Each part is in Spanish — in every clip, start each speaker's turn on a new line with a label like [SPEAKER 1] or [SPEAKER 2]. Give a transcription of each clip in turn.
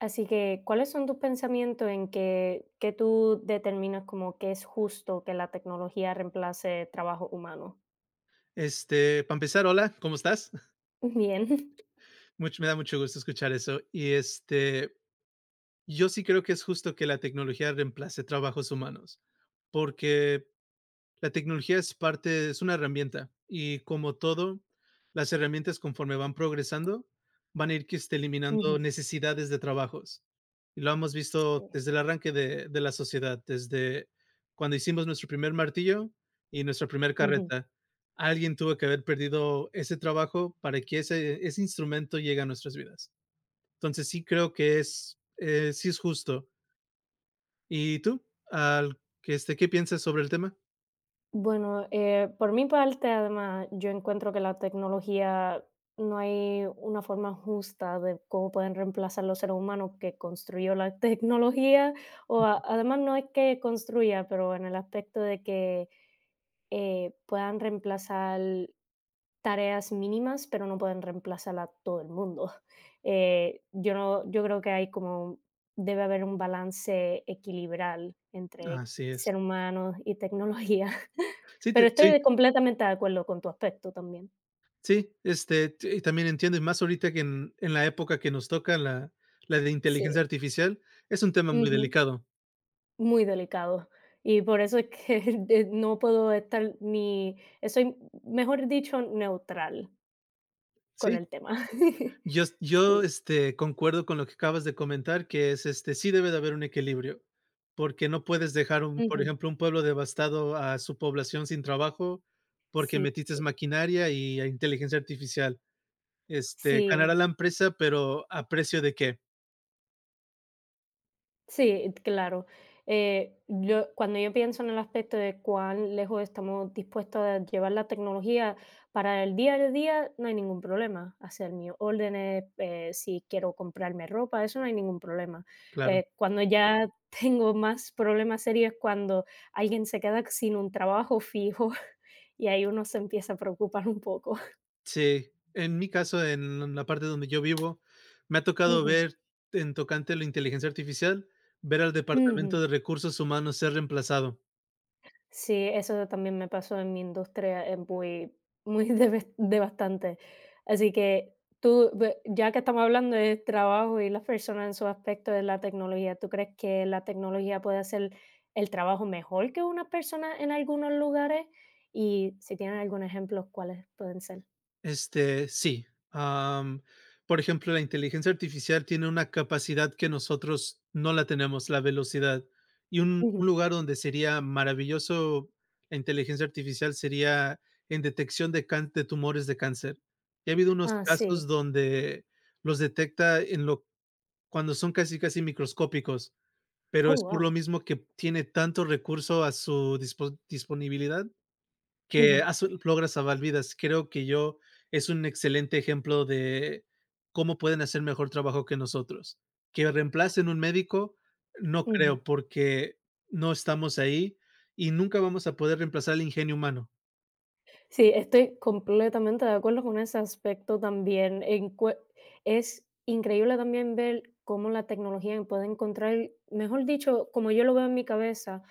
[SPEAKER 1] Así que, ¿cuáles son tus pensamientos en que, tú determinas como que es justo que la tecnología reemplace trabajo humano?
[SPEAKER 2] Para empezar, hola, ¿cómo estás?
[SPEAKER 1] Bien.
[SPEAKER 2] Me da mucho gusto escuchar eso. Yo sí creo que es justo que la tecnología reemplace trabajos humanos, porque la tecnología es parte, es una herramienta y como todo, las herramientas conforme van progresando van a ir que esté eliminando
[SPEAKER 1] Ujú,
[SPEAKER 2] necesidades de trabajos. Y lo hemos visto
[SPEAKER 1] sí,
[SPEAKER 2] desde el arranque de la sociedad, desde cuando hicimos nuestro primer martillo y nuestra primer
[SPEAKER 1] ujú.
[SPEAKER 2] carreta. Alguien tuvo que haber perdido ese trabajo para que ese instrumento llegue a nuestras vidas. Entonces sí creo que es, sí es justo. ¿Y tú? Al, que ¿qué piensas sobre el tema?
[SPEAKER 1] Bueno, por mi parte, además, yo encuentro que la tecnología no hay una forma justa de cómo pueden reemplazar los seres humanos que construyó la tecnología, o además no es que construya, pero en el aspecto de que puedan reemplazar tareas mínimas, pero no pueden reemplazar a todo el mundo. Yo, no, yo creo que hay como, debe haber un balance equilibral entre
[SPEAKER 2] Así es.
[SPEAKER 1] ser humano y tecnología.
[SPEAKER 2] Sí,
[SPEAKER 1] Pero estoy
[SPEAKER 2] sí,
[SPEAKER 1] completamente de acuerdo con tu aspecto también.
[SPEAKER 2] sí, este, t y también entiendo, y más ahorita que en la época que nos toca la de inteligencia
[SPEAKER 1] Sí,
[SPEAKER 2] artificial, es un tema muy
[SPEAKER 1] ujú.
[SPEAKER 2] delicado.
[SPEAKER 1] Muy delicado. Y por eso es que no puedo estar ni, soy, mejor dicho, neutral con
[SPEAKER 2] Sí,
[SPEAKER 1] el tema.
[SPEAKER 2] yo s yo,
[SPEAKER 1] Sí.
[SPEAKER 2] este, concuerdo con lo que acabas de comentar, que es, sí debe de haber un equilibrio, porque no puedes dejar un, por
[SPEAKER 1] Ujú,
[SPEAKER 2] ejemplo, un pueblo devastado a su población sin trabajo, porque
[SPEAKER 1] sí,
[SPEAKER 2] metiste maquinaria y a inteligencia artificial. Ganará
[SPEAKER 1] sí.
[SPEAKER 2] la empresa, pero ¿a precio de qué?
[SPEAKER 1] Sí, claro. Cuando yo pienso en el aspecto de cuán lejos estamos dispuestos a llevar la tecnología para el día a día, no hay ningún problema. Hacer mis órdenes, si quiero comprarme ropa, eso no hay ningún problema.
[SPEAKER 2] Claro.
[SPEAKER 1] Cuando ya tengo más problemas serios es cuando alguien se queda sin un trabajo fijo y ahí uno se empieza a preocupar un poco.
[SPEAKER 2] Sí, en mi caso, en la parte donde yo vivo, me ha tocado
[SPEAKER 1] Ujú,
[SPEAKER 2] ver en tocante a la inteligencia artificial, ver al
[SPEAKER 1] ujú.
[SPEAKER 2] Departamento de Recursos Humanos ser reemplazado.
[SPEAKER 1] Sí, eso también me pasó en mi industria, es muy, muy devastante. Así que tú, ya que estamos hablando de trabajo y las personas en su aspecto de la tecnología, ¿tú crees que la tecnología puede hacer el trabajo mejor que una persona en algunos lugares? Y si tienen algún ejemplo, ¿cuáles pueden ser?
[SPEAKER 2] Sí, am, por ejemplo, la inteligencia artificial tiene una capacidad que nosotros no la tenemos, la velocidad. Y un
[SPEAKER 1] Ujú.
[SPEAKER 2] lugar donde sería maravilloso la inteligencia artificial sería en detección de tumores de cáncer. Y ha habido unos
[SPEAKER 1] Ah, sí.
[SPEAKER 2] casos donde los detecta en lo cuando son casi, casi microscópicos, pero
[SPEAKER 1] Oh,
[SPEAKER 2] es por lo
[SPEAKER 1] wow.
[SPEAKER 2] mismo que tiene tanto recurso a su disponibilidad que
[SPEAKER 1] Ujú,
[SPEAKER 2] hace logra salvar vidas. Creo que yo es un excelente ejemplo de cómo pueden hacer mejor trabajo que nosotros. Que reemplacen un médico, no
[SPEAKER 1] ujú.
[SPEAKER 2] creo, porque no estamos ahí y nunca vamos a poder reemplazar el ingenio humano.
[SPEAKER 1] Sí, estoy completamente de acuerdo con ese aspecto también. Encue Es increíble también ver cómo la tecnología puede encontrar, mejor dicho, como yo lo veo en mi cabeza,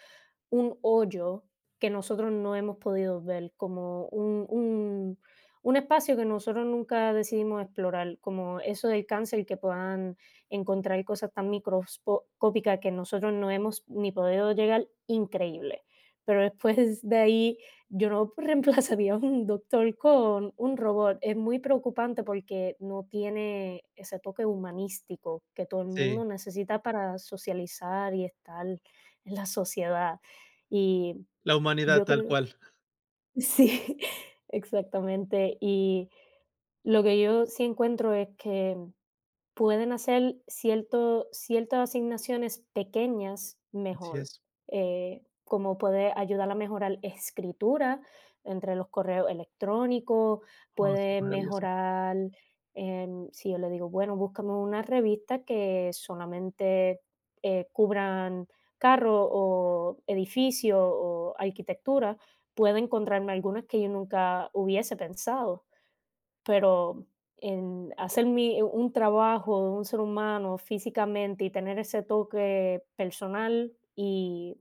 [SPEAKER 1] un hoyo que nosotros no hemos podido ver, como un espacio que nosotros nunca decidimos explorar, como eso del cáncer, que puedan encontrar cosas tan microscópicas que nosotros no hemos ni podido llegar, increíble. Pero después de ahí yo no reemplazaría a un doctor con un robot. Es muy preocupante porque no tiene ese toque humanístico que todo el
[SPEAKER 2] Sí,
[SPEAKER 1] mundo necesita para socializar y estar en la sociedad. Y
[SPEAKER 2] la humanidad
[SPEAKER 1] yo
[SPEAKER 2] tal
[SPEAKER 1] creo
[SPEAKER 2] cual.
[SPEAKER 1] sí, exactamente. Y lo que yo sí encuentro es que pueden hacer cierto ciertas asignaciones pequeñas
[SPEAKER 2] Así
[SPEAKER 1] mejor,
[SPEAKER 2] es.
[SPEAKER 1] como puede ayudar a mejorar escritura entre los correos electrónicos,
[SPEAKER 2] Oh, sí,
[SPEAKER 1] puede
[SPEAKER 2] maravilloso.
[SPEAKER 1] mejorar, si yo le digo: "Bueno, búscame una revista que solamente, cubran carro o edificio o arquitectura", puede encontrarme algunas que yo nunca hubiese pensado. Pero en hacer mi un trabajo de un ser humano físicamente y tener ese toque personal y,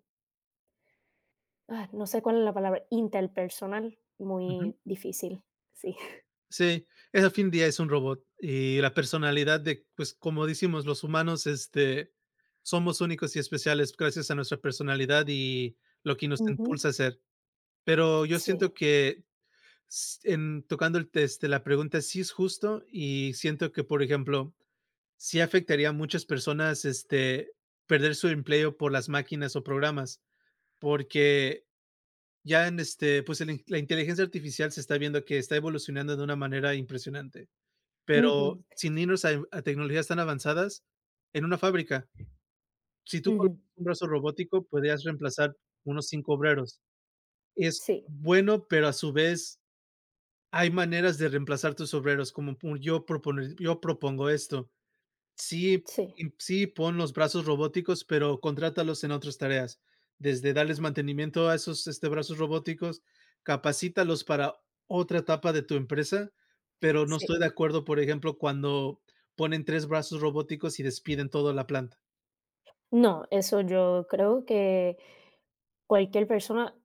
[SPEAKER 1] no sé cuál es la palabra, interpersonal,
[SPEAKER 2] Ujú.
[SPEAKER 1] muy difícil, sí.
[SPEAKER 2] Sí, es al fin del día es un robot y la personalidad de, pues, como decimos los humanos, somos únicos y especiales gracias a nuestra personalidad y lo que nos
[SPEAKER 1] Ujú.
[SPEAKER 2] impulsa a hacer. Pero yo siento
[SPEAKER 1] Sí.
[SPEAKER 2] que en tocando el test, la pregunta sí es justo y siento que, por ejemplo, sí afectaría a muchas personas perder su empleo por las máquinas o programas, porque ya pues la inteligencia artificial se está viendo que está evolucionando de una manera impresionante.
[SPEAKER 1] Ujú,
[SPEAKER 2] Pero sin irnos a tecnologías tan avanzadas, en una fábrica, si tú colocas
[SPEAKER 1] ujú.
[SPEAKER 2] un brazo robótico, podrías reemplazar unos 5 obreros. Es
[SPEAKER 1] Sí,
[SPEAKER 2] bueno, pero a su vez hay maneras de reemplazar tus obreros, como pu yo propone yo propongo esto. Sí,
[SPEAKER 1] sí,
[SPEAKER 2] y sí, pon los brazos robóticos, pero contrátalos en otras tareas, desde darles mantenimiento a esos, brazos robóticos, capacítalos para otra etapa de tu empresa, pero no estoy
[SPEAKER 1] sí.
[SPEAKER 2] de acuerdo, por ejemplo, cuando ponen 3 brazos robóticos y despiden toda la planta.
[SPEAKER 1] No, eso yo creo que cualquier persona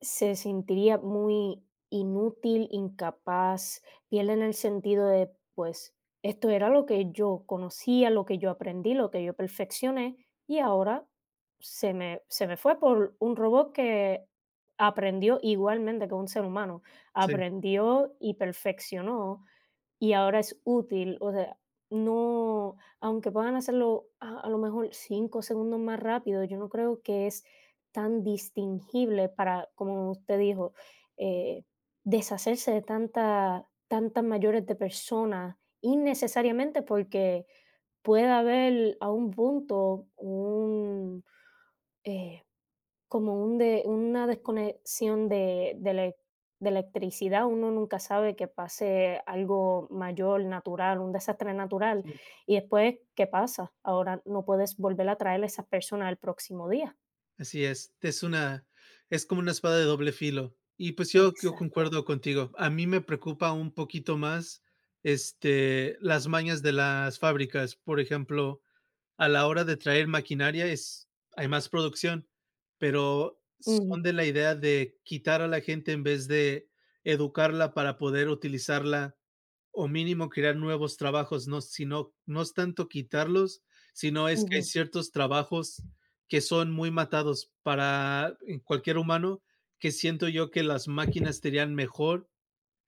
[SPEAKER 1] se sentiría muy inútil, incapaz, pierden el sentido de, pues, esto era lo que yo conocía, lo que yo aprendí, lo que yo perfeccioné, y ahora se me fue por un robot que aprendió igualmente que un ser humano,
[SPEAKER 2] Sí,
[SPEAKER 1] aprendió y perfeccionó y ahora es útil, o sea, no, aunque puedan hacerlo a lo mejor 5 segundos más rápido, yo no creo que es tan distinguible para, como usted dijo, eh, deshacerse de tantas mayores de personas innecesariamente, porque puede haber a un punto un, eh como un de una desconexión de elec de electricidad, uno nunca sabe que pase algo mayor, natural, un desastre natural,
[SPEAKER 2] sí,
[SPEAKER 1] y después, ¿qué pasa? Ahora no puedes volver a traer a esas personas el próximo día.
[SPEAKER 2] así es. Es una es como una espada de doble filo. Y, pues, yo
[SPEAKER 1] Exacto.
[SPEAKER 2] concuerdo contigo. A mí me preocupa un poquito más, las mañas de las fábricas. Por ejemplo, a la hora de traer maquinaria es hay más producción, pero
[SPEAKER 1] Ujú,
[SPEAKER 2] son de la idea de quitar a la gente en vez de educarla para poder utilizarla o mínimo crear nuevos trabajos, no, sino, no es tanto quitarlos, sino es que hay
[SPEAKER 1] ujú,
[SPEAKER 2] ciertos trabajos que son muy matados para cualquier humano, que siento yo que las máquinas serían mejor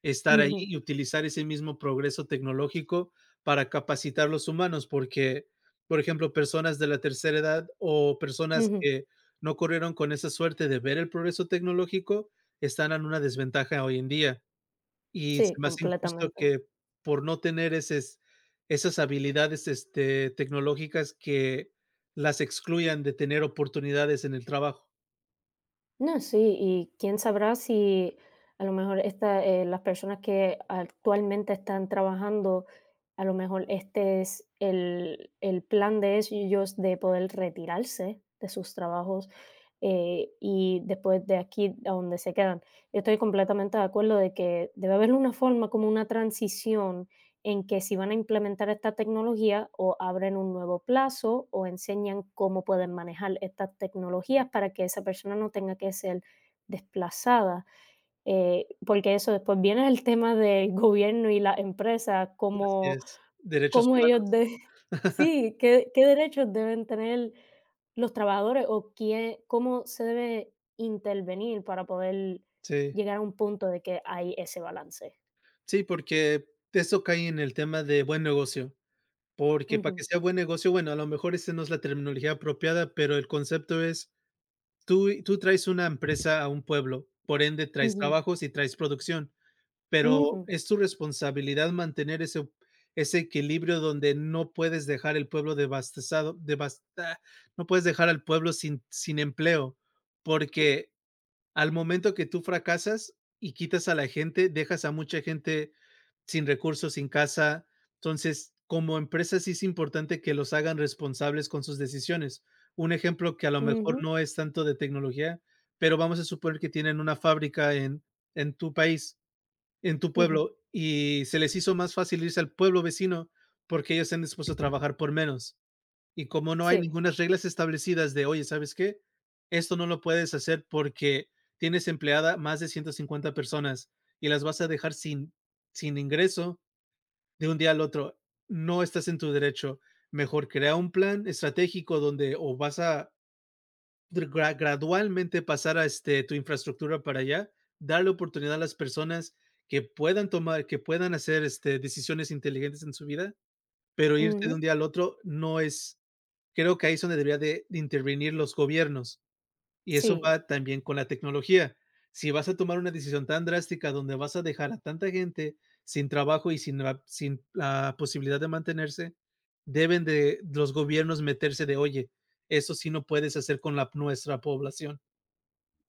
[SPEAKER 2] estar ahí
[SPEAKER 1] ujú,
[SPEAKER 2] y utilizar ese mismo progreso tecnológico para capacitar a los humanos, porque, por ejemplo, personas de la tercera edad o personas
[SPEAKER 1] ujú.
[SPEAKER 2] que no corrieron con esa suerte de ver el progreso tecnológico están en una desventaja hoy en día. Y se
[SPEAKER 1] Sí,
[SPEAKER 2] me hace injusto
[SPEAKER 1] completamente.
[SPEAKER 2] que por no tener esas habilidades tecnológicas que las excluyan de tener oportunidades en el trabajo.
[SPEAKER 1] No, sí, y quién sabrá si a lo mejor esta, las personas que actualmente están trabajando, a lo mejor este es el plan de ellos de poder retirarse de sus trabajos, y después de aquí a donde se quedan. Yo estoy completamente de acuerdo de que debe haber una forma como una transición en que si van a implementar esta tecnología o abren un nuevo plazo o enseñan cómo pueden manejar estas tecnologías para que esa persona no tenga que ser desplazada. Porque eso después viene el tema del gobierno y las empresas,
[SPEAKER 2] Así
[SPEAKER 1] cómo,
[SPEAKER 2] es. Derechos
[SPEAKER 1] cómo ellos
[SPEAKER 2] humanos.
[SPEAKER 1] de sí, qué, qué derechos deben tener los trabajadores o quién, cómo se debe intervenir para poder
[SPEAKER 2] Sí.
[SPEAKER 1] llegar a un punto de que hay ese balance.
[SPEAKER 2] Sí, porque eso cae en el tema de buen negocio, porque para
[SPEAKER 1] Ujú,
[SPEAKER 2] que sea buen negocio, bueno, a lo mejor esa no es la terminología apropiada, pero el concepto es, tú traes una empresa a un pueblo, por ende, traes
[SPEAKER 1] ujú,
[SPEAKER 2] trabajos y traes producción,
[SPEAKER 1] ujú,
[SPEAKER 2] pero es tu responsabilidad mantener ese equilibrio donde no puedes dejar el pueblo devastado, no puedes dejar al pueblo sin empleo,
[SPEAKER 1] sí.
[SPEAKER 2] porque al momento que tú fracasas y quitas a la gente, dejas a mucha gente sin recursos, sin casa. Entonces, como empresa sí es importante que los hagan responsables con sus decisiones. Un ejemplo que a lo mejor
[SPEAKER 1] Mh-mh,
[SPEAKER 2] no es tanto de tecnología, pero vamos a suponer que tienen una fábrica en tu país, en tu
[SPEAKER 1] sí mh
[SPEAKER 2] pueblo, y se les hizo más fácil irse al pueblo vecino porque ellos están dispuestos a trabajar por menos. Y como no hay
[SPEAKER 1] sí.
[SPEAKER 2] ninguna reglas establecidas de, oye, ¿sabes qué? Esto no lo puedes hacer porque tienes empleada más de 150 personas y las vas a dejar sin, sin ingreso de un día al otro, no estás en tu derecho. Mejor crea un plan estratégico donde o vas a gradualmente pasar a tu infraestructura para allá, darle oportunidad a las personas que puedan tomar, que puedan hacer decisiones inteligentes en su vida, pero irte de un día al otro no es, creo que ahí es donde debería de intervenir los gobiernos y eso va también con la tecnología. Si vas a tomar una decisión tan drástica donde vas a dejar a tanta gente sin trabajo y sin la sin la posibilidad de mantenerse, deben de los gobiernos meterse de, oye, eso sí no puedes hacer con la nuestra población.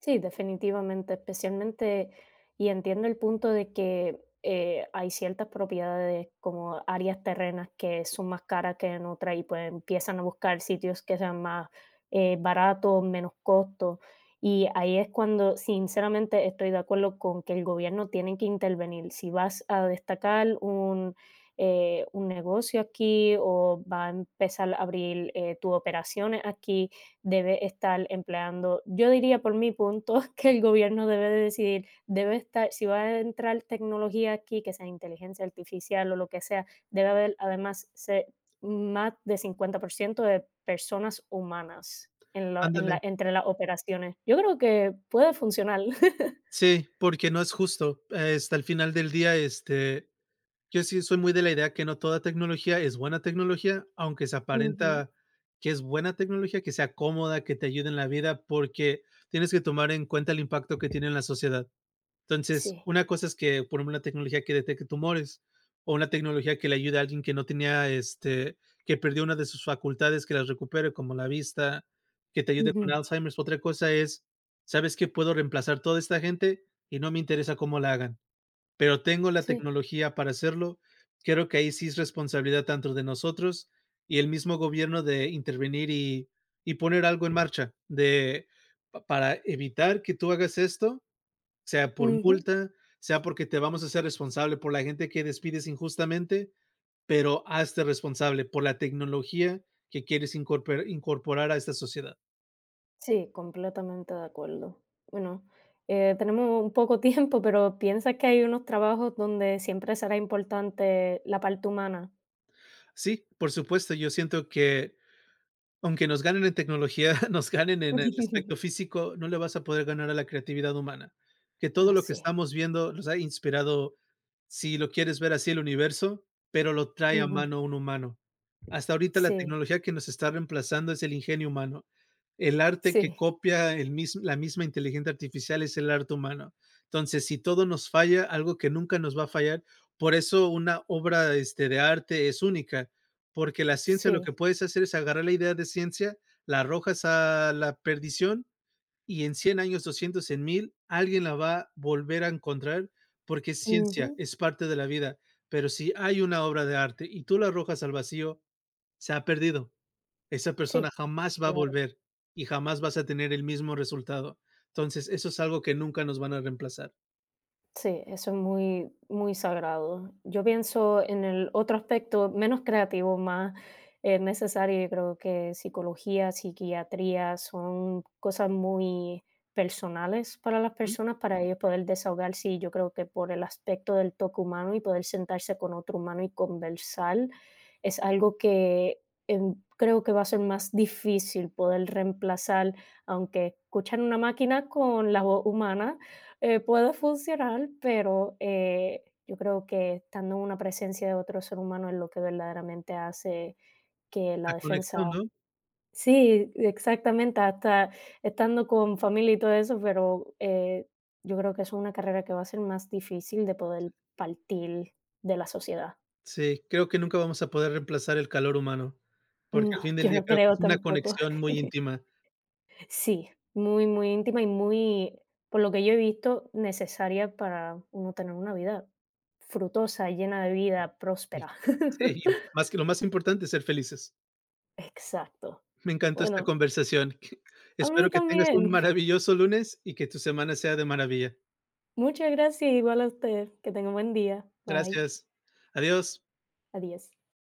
[SPEAKER 1] Sí, definitivamente, especialmente, y entiendo el punto de que hay ciertas propiedades como áreas terrenas que son más caras que en otras y pues empiezan a buscar sitios que sean más baratos, menos costos. Y ahí es cuando sinceramente estoy de acuerdo con que el gobierno tiene que intervenir. Si vas a destacar un negocio aquí o va a empezar a abrir tus operaciones aquí debe estar empleando. Yo diría por mi punto que el gobierno debe de decidir, debe estar, si va a entrar tecnología aquí, que sea inteligencia artificial o lo que sea, debe haber además más de 50% de personas humanas
[SPEAKER 2] Ándale.
[SPEAKER 1] entre las operaciones. Yo creo que puede funcionar.
[SPEAKER 2] Sí, porque no es justo. Hasta el final del día, yo sí soy muy de la idea que no toda tecnología es buena tecnología, aunque se
[SPEAKER 1] Ujú,
[SPEAKER 2] aparenta que es buena tecnología, que sea cómoda, que te ayude en la vida, porque tienes que tomar en cuenta el impacto que tiene en la sociedad. Entonces,
[SPEAKER 1] sí.
[SPEAKER 2] una cosa es que, por ejemplo, una tecnología que detecte tumores o una tecnología que le ayude a alguien que no tenía, que perdió una de sus facultades, que las recupere, como la vista, que te ayude
[SPEAKER 1] Ujú,
[SPEAKER 2] con Alzheimer's. Otra cosa es, ¿sabes qué? Puedo reemplazar toda esta gente y no me interesa cómo la hagan pero tengo la
[SPEAKER 1] sí.
[SPEAKER 2] tecnología para hacerlo. Creo que ahí sí es responsabilidad tanto de nosotros y el mismo gobierno de intervenir y poner algo en marcha de, para evitar que tú hagas esto, sea por
[SPEAKER 1] Ujú.
[SPEAKER 2] multa, sea porque te vamos a ser responsable por la gente que despides injustamente, pero hazte responsable por la tecnología que quieres incorporar a esta sociedad.
[SPEAKER 1] Sí, completamente de acuerdo. Bueno, tenemos un poco tiempo, pero piensas que hay unos trabajos donde siempre será importante la parte humana.
[SPEAKER 2] Sí, por supuesto, yo siento que aunque nos ganen en tecnología, nos ganen en el aspecto físico, no le vas a poder ganar a la creatividad humana, que todo
[SPEAKER 1] Ah,
[SPEAKER 2] lo que
[SPEAKER 1] sí.
[SPEAKER 2] estamos viendo nos ha inspirado, si lo quieres ver así, el universo, pero lo trae a
[SPEAKER 1] Ujú.
[SPEAKER 2] mano un humano. Hasta ahorita la
[SPEAKER 1] Sí,
[SPEAKER 2] tecnología que nos está reemplazando es el ingenio humano. El arte que
[SPEAKER 1] sí,
[SPEAKER 2] copia el mis la misma inteligencia artificial es el arte humano. Entonces, si todo nos falla, algo que nunca nos va a fallar, por eso una obra, de arte es única, porque la ciencia lo que
[SPEAKER 1] sí.
[SPEAKER 2] puedes hacer es agarrar la idea de ciencia, la arrojas a la perdición y en 100 años, 200, en 1000, alguien la va a volver a encontrar porque es
[SPEAKER 1] Ujú.
[SPEAKER 2] ciencia, es parte de la vida. Pero si hay una obra de arte y tú la arrojas al vacío, se ha perdido esa
[SPEAKER 1] Sí.
[SPEAKER 2] persona jamás va a volver y jamás vas a tener el mismo resultado. Entonces, eso es algo que nunca nos van a reemplazar.
[SPEAKER 1] Sí, eso es muy, muy sagrado. Yo pienso en el otro aspecto menos creativo, más necesario, yo creo que psicología, psiquiatría son cosas muy personales para las
[SPEAKER 2] Ujú,
[SPEAKER 1] personas, para ellos poder desahogarse y yo creo que por el aspecto del toque humano y poder sentarse con otro humano y conversar, es algo que creo que va a ser más difícil poder reemplazar, aunque escuchar una máquina con la voz humana puede funcionar, pero, yo creo que estando en una presencia de otro ser humano es lo que verdaderamente hace que la
[SPEAKER 2] la
[SPEAKER 1] defensa
[SPEAKER 2] conexión, ¿no?
[SPEAKER 1] sí, exactamente, hasta estando con familia y todo eso, pero, yo creo que es una carrera que va a ser más difícil de poder partir de la sociedad.
[SPEAKER 2] Sí, creo que nunca vamos a poder reemplazar el calor humano, porque al
[SPEAKER 1] No,
[SPEAKER 2] fin del
[SPEAKER 1] yo
[SPEAKER 2] día
[SPEAKER 1] no
[SPEAKER 2] creo que
[SPEAKER 1] creo
[SPEAKER 2] es una
[SPEAKER 1] tampoco.
[SPEAKER 2] conexión muy íntima.
[SPEAKER 1] Sí, muy, muy íntima y muy, por lo que yo he visto, necesaria para uno tener una vida frutosa, llena de vida,
[SPEAKER 2] Y
[SPEAKER 1] próspera.
[SPEAKER 2] sí, y más que lo más importante es ser felices.
[SPEAKER 1] Exacto.
[SPEAKER 2] Me encantó esta
[SPEAKER 1] Bueno,
[SPEAKER 2] conversación.
[SPEAKER 1] a mí
[SPEAKER 2] Espero que tengas un
[SPEAKER 1] también.
[SPEAKER 2] maravilloso lunes y que tu semana sea de maravilla.
[SPEAKER 1] Muchas gracias, igual a usted. Que tenga un buen día. Bye.
[SPEAKER 2] Gracias. Adiós.
[SPEAKER 1] Adiós.